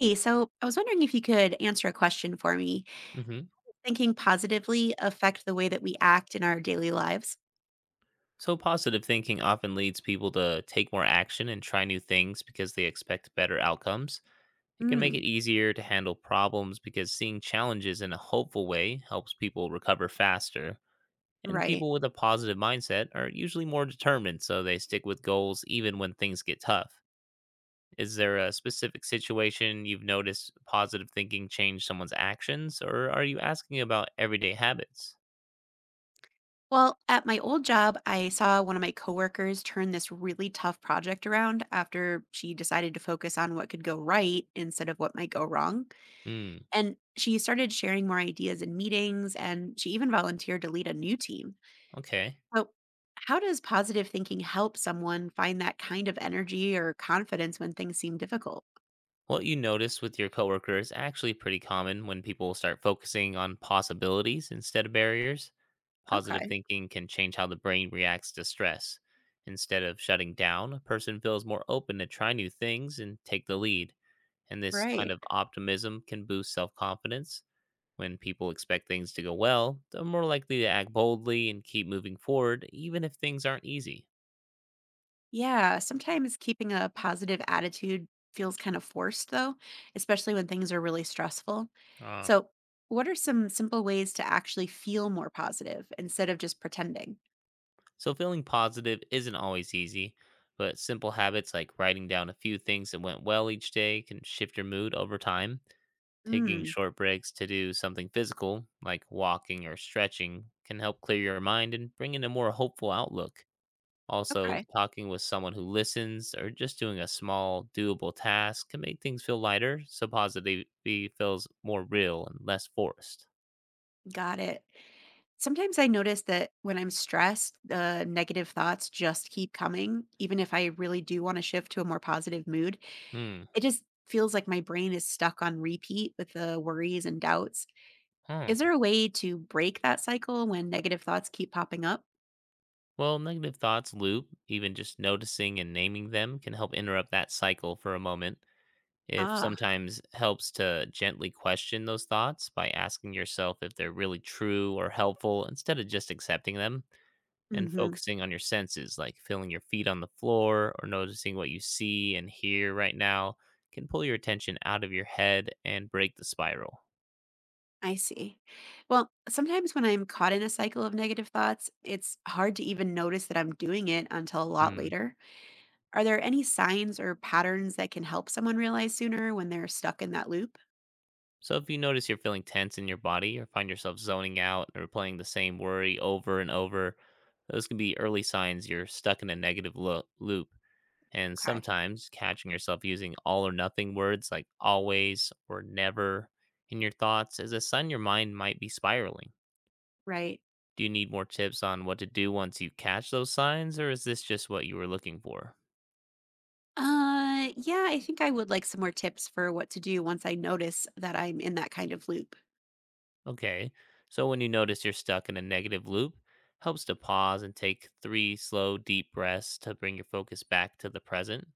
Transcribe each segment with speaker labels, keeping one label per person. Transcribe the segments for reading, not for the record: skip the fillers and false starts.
Speaker 1: Hey, so I was wondering if you could answer a question for me.
Speaker 2: Hmm.
Speaker 1: Thinking positively affect the way that we act in our daily lives?
Speaker 2: So positive thinking often leads people to take more action and try new things because they expect better outcomes. It can make
Speaker 1: Mm,
Speaker 2: it easier to handle problems because seeing challenges in a hopeful way helps people recover faster. And
Speaker 1: right.
Speaker 2: people with a positive mindset are usually more determined, so they stick with goals even when things get tough. Is there a specific situation you've noticed positive thinking change someone's actions, or are you asking about everyday habits?
Speaker 1: Well, at my old job, I saw one of my coworkers turn this really tough project around after she decided to focus on what could go right instead of what might go wrong.
Speaker 2: Hmm,
Speaker 1: And she started sharing more ideas in meetings, and she even volunteered to lead a new team.
Speaker 2: okay.
Speaker 1: So, how does positive thinking help someone find that kind of energy or confidence when things seem difficult?
Speaker 2: What you notice with your coworker is actually pretty common when people start focusing on possibilities instead of barriers. Positive
Speaker 1: Okay.
Speaker 2: thinking can change how the brain reacts to stress. Instead of shutting down, a person feels more open to try new things and take the lead. And this kind
Speaker 1: Right.
Speaker 2: of optimism can boost self confidence. When people expect things to go well, they're more likely to act boldly and keep moving forward, even if things aren't easy.
Speaker 1: Yeah. Sometimes keeping a positive attitude feels kind of forced, though, especially when things are really stressful.
Speaker 2: Ah.
Speaker 1: So, what are some simple ways to actually feel more positive instead of just pretending?
Speaker 2: So, feeling positive isn't always easy, but simple habits like writing down a few things that went well each day can shift your mood over time. Taking
Speaker 1: Mm,
Speaker 2: short breaks to do something physical, like walking or stretching, can help clear your mind and bring in a more hopeful outlook. Also,
Speaker 1: okay.
Speaker 2: talking with someone who listens or just doing a small, doable task can make things feel lighter so positivity feels more real and less forced.
Speaker 1: Got it. Sometimes I notice that when I'm stressed, the negative thoughts just keep coming. Even if I really do want to shift to a more positive mood,
Speaker 2: Hmm.
Speaker 1: it just feels like my brain is stuck on repeat with the worries and doubts.
Speaker 2: Hmm.
Speaker 1: Is there a way to break that cycle when negative thoughts keep popping up?
Speaker 2: Well, negative thoughts loop, even just noticing and naming them can help interrupt that cycle for a moment. If
Speaker 1: Ah,
Speaker 2: sometimes helps to gently question those thoughts by asking yourself if they're really true or helpful instead of just accepting them, and
Speaker 1: hmm.
Speaker 2: focusing on your senses, like feeling your feet on the floor or noticing what you see and hear right now, can pull your attention out of your head and break the spiral.
Speaker 1: I see. Well, sometimes when I'm caught in a cycle of negative thoughts, it's hard to even notice that I'm doing it until a lot
Speaker 2: Hmm.
Speaker 1: later. Are there any signs or patterns that can help someone realize sooner when they're stuck in that loop?
Speaker 2: So if you notice you're feeling tense in your body or find yourself zoning out or playing the same worry over and over, those can be early signs you're stuck in a negative loop. And
Speaker 1: Okay,
Speaker 2: sometimes catching yourself using all or nothing words like always or never in your thoughts is a sign your mind might be spiraling.
Speaker 1: right.
Speaker 2: Do you need more tips on what to do once you catch those signs, or is this just what you were looking for?
Speaker 1: Yeah, I think I would like some more tips for what to do once I notice that I'm in that kind of loop.
Speaker 2: Okay. So when you notice you're stuck in a negative loop, helps to pause and take three slow, deep breaths to bring your focus back to the present.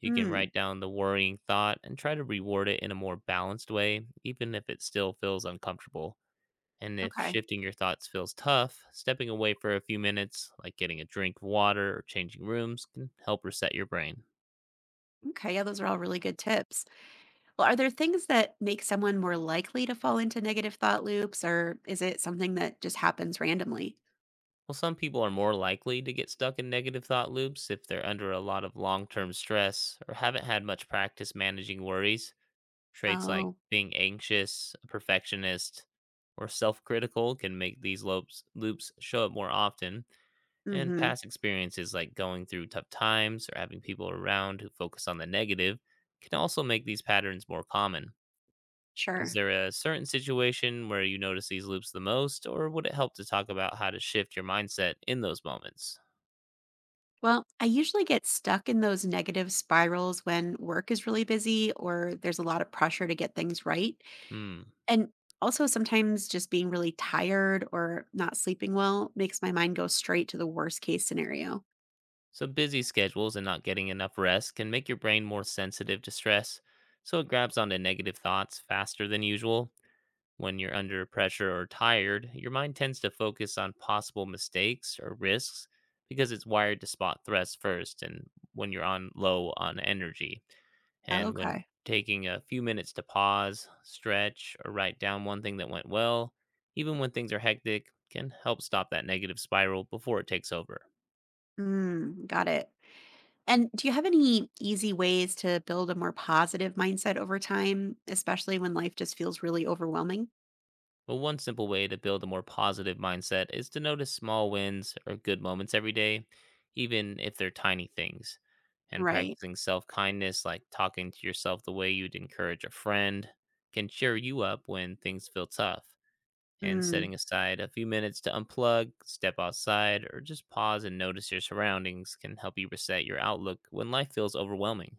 Speaker 2: You can
Speaker 1: Hmm.
Speaker 2: write down the worrying thought and try to reward it in a more balanced way, even if it still feels uncomfortable. And if
Speaker 1: Okay.
Speaker 2: shifting your thoughts feels tough, stepping away for a few minutes, like getting a drink of water or changing rooms, can help reset your brain.
Speaker 1: Okay, yeah, those are all really good tips. Well, are there things that make someone more likely to fall into negative thought loops, or is it something that just happens randomly?
Speaker 2: Well, some people are more likely to get stuck in negative thought loops if they're under a lot of long term stress or haven't had much practice managing worries. Traits like
Speaker 1: Oh,
Speaker 2: being anxious, a perfectionist, or self critical can make these loops show up more often. And
Speaker 1: hmm,
Speaker 2: past experiences like going through tough times or having people around who focus on the negative can also make these patterns more common. Is
Speaker 1: sure.
Speaker 2: there a certain situation where you notice these loops the most, or would it help to talk about how to shift your mindset in those moments?
Speaker 1: Well, I usually get stuck in those negative spirals when work is really busy or there's a lot of pressure to get things right.
Speaker 2: Hmm.
Speaker 1: And also, sometimes just being really tired or not sleeping well makes my mind go straight to the worst case scenario.
Speaker 2: So busy schedules and not getting enough rest can make your brain more sensitive to stress, so it grabs onto negative thoughts faster than usual. When you're under pressure or tired, your mind tends to focus on possible mistakes or risks because it's wired to spot threats first and when you're on low on energy. And when
Speaker 1: Okay.
Speaker 2: taking a few minutes to pause, stretch, or write down one thing that went well, even when things are hectic, can help stop that negative spiral before it takes over.
Speaker 1: Got it. And do you have any easy ways to build a more positive mindset over time, especially when life just feels really overwhelming?
Speaker 2: Well, one simple way to build a more positive mindset is to notice small wins or good moments every day, even if they're tiny things. And
Speaker 1: Right.
Speaker 2: practicing self kindness, like talking to yourself the way you'd encourage a friend, can cheer you up when things feel tough. And
Speaker 1: Mm,
Speaker 2: setting aside a few minutes to unplug, step outside, or just pause and notice your surroundings can help you reset your outlook when life feels overwhelming.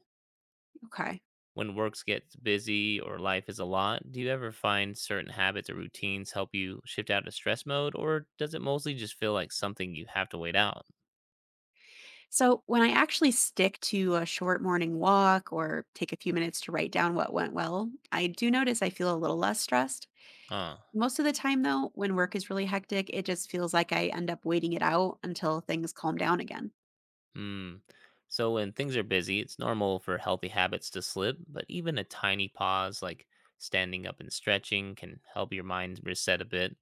Speaker 1: okay.
Speaker 2: When works gets busy or life is a lot, do you ever find certain habits or routines help you shift out of stress mode, or does it mostly just feel like something you have to wait out?
Speaker 1: So when I actually stick to a short morning walk or take a few minutes to write down what went well, I do notice I feel a little less stressed.
Speaker 2: Uh,
Speaker 1: Most of the time, though, when work is really hectic, it just feels like I end up waiting it out until things calm down again.
Speaker 2: hmm. So when things are busy, it's normal for healthy habits to slip, but even a tiny pause like standing up and stretching can help your mind reset a bit.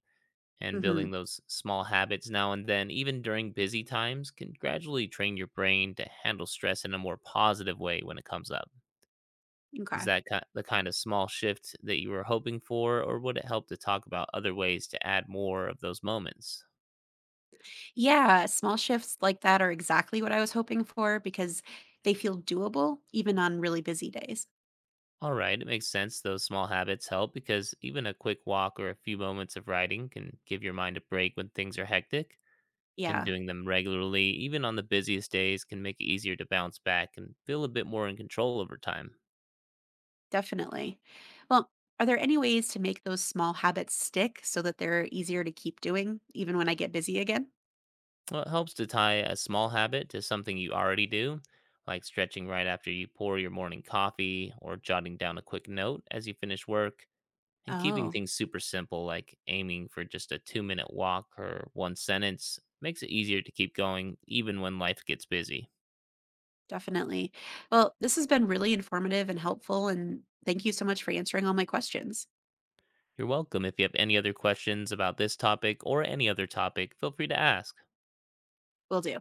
Speaker 2: And
Speaker 1: Hmm.
Speaker 2: building those small habits now and then, even during busy times, can gradually train your brain to handle stress in a more positive way when it comes up. Is
Speaker 1: Okay.
Speaker 2: that the kind of small shift that you were hoping for, or would it help to talk about other ways to add more of those moments?
Speaker 1: Yeah, small shifts like that are exactly what I was hoping for because they feel doable even on really busy days.
Speaker 2: All right, it makes sense. Those small habits help because even a quick walk or a few moments of writing can give your mind a break when things are hectic. And
Speaker 1: Yeah,
Speaker 2: doing them regularly, even on the busiest days, can make it easier to bounce back and feel a bit more in control over time.
Speaker 1: definitely. Well, are there any ways to make those small habits stick so that they're easier to keep doing even when I get busy again?
Speaker 2: Well, it helps to tie a small habit to something you already do, like stretching right after you pour your morning coffee or jotting down a quick note as you finish work. And keeping
Speaker 1: Oh,
Speaker 2: things super simple, like aiming for just a 2-minute walk or one sentence, makes it easier to keep going even when life gets busy.
Speaker 1: definitely. Well, this has been really informative and helpful. And thank you so much for answering all my questions.
Speaker 2: You're welcome. If you have any other questions about this topic or any other topic, feel free to ask.
Speaker 1: Will do.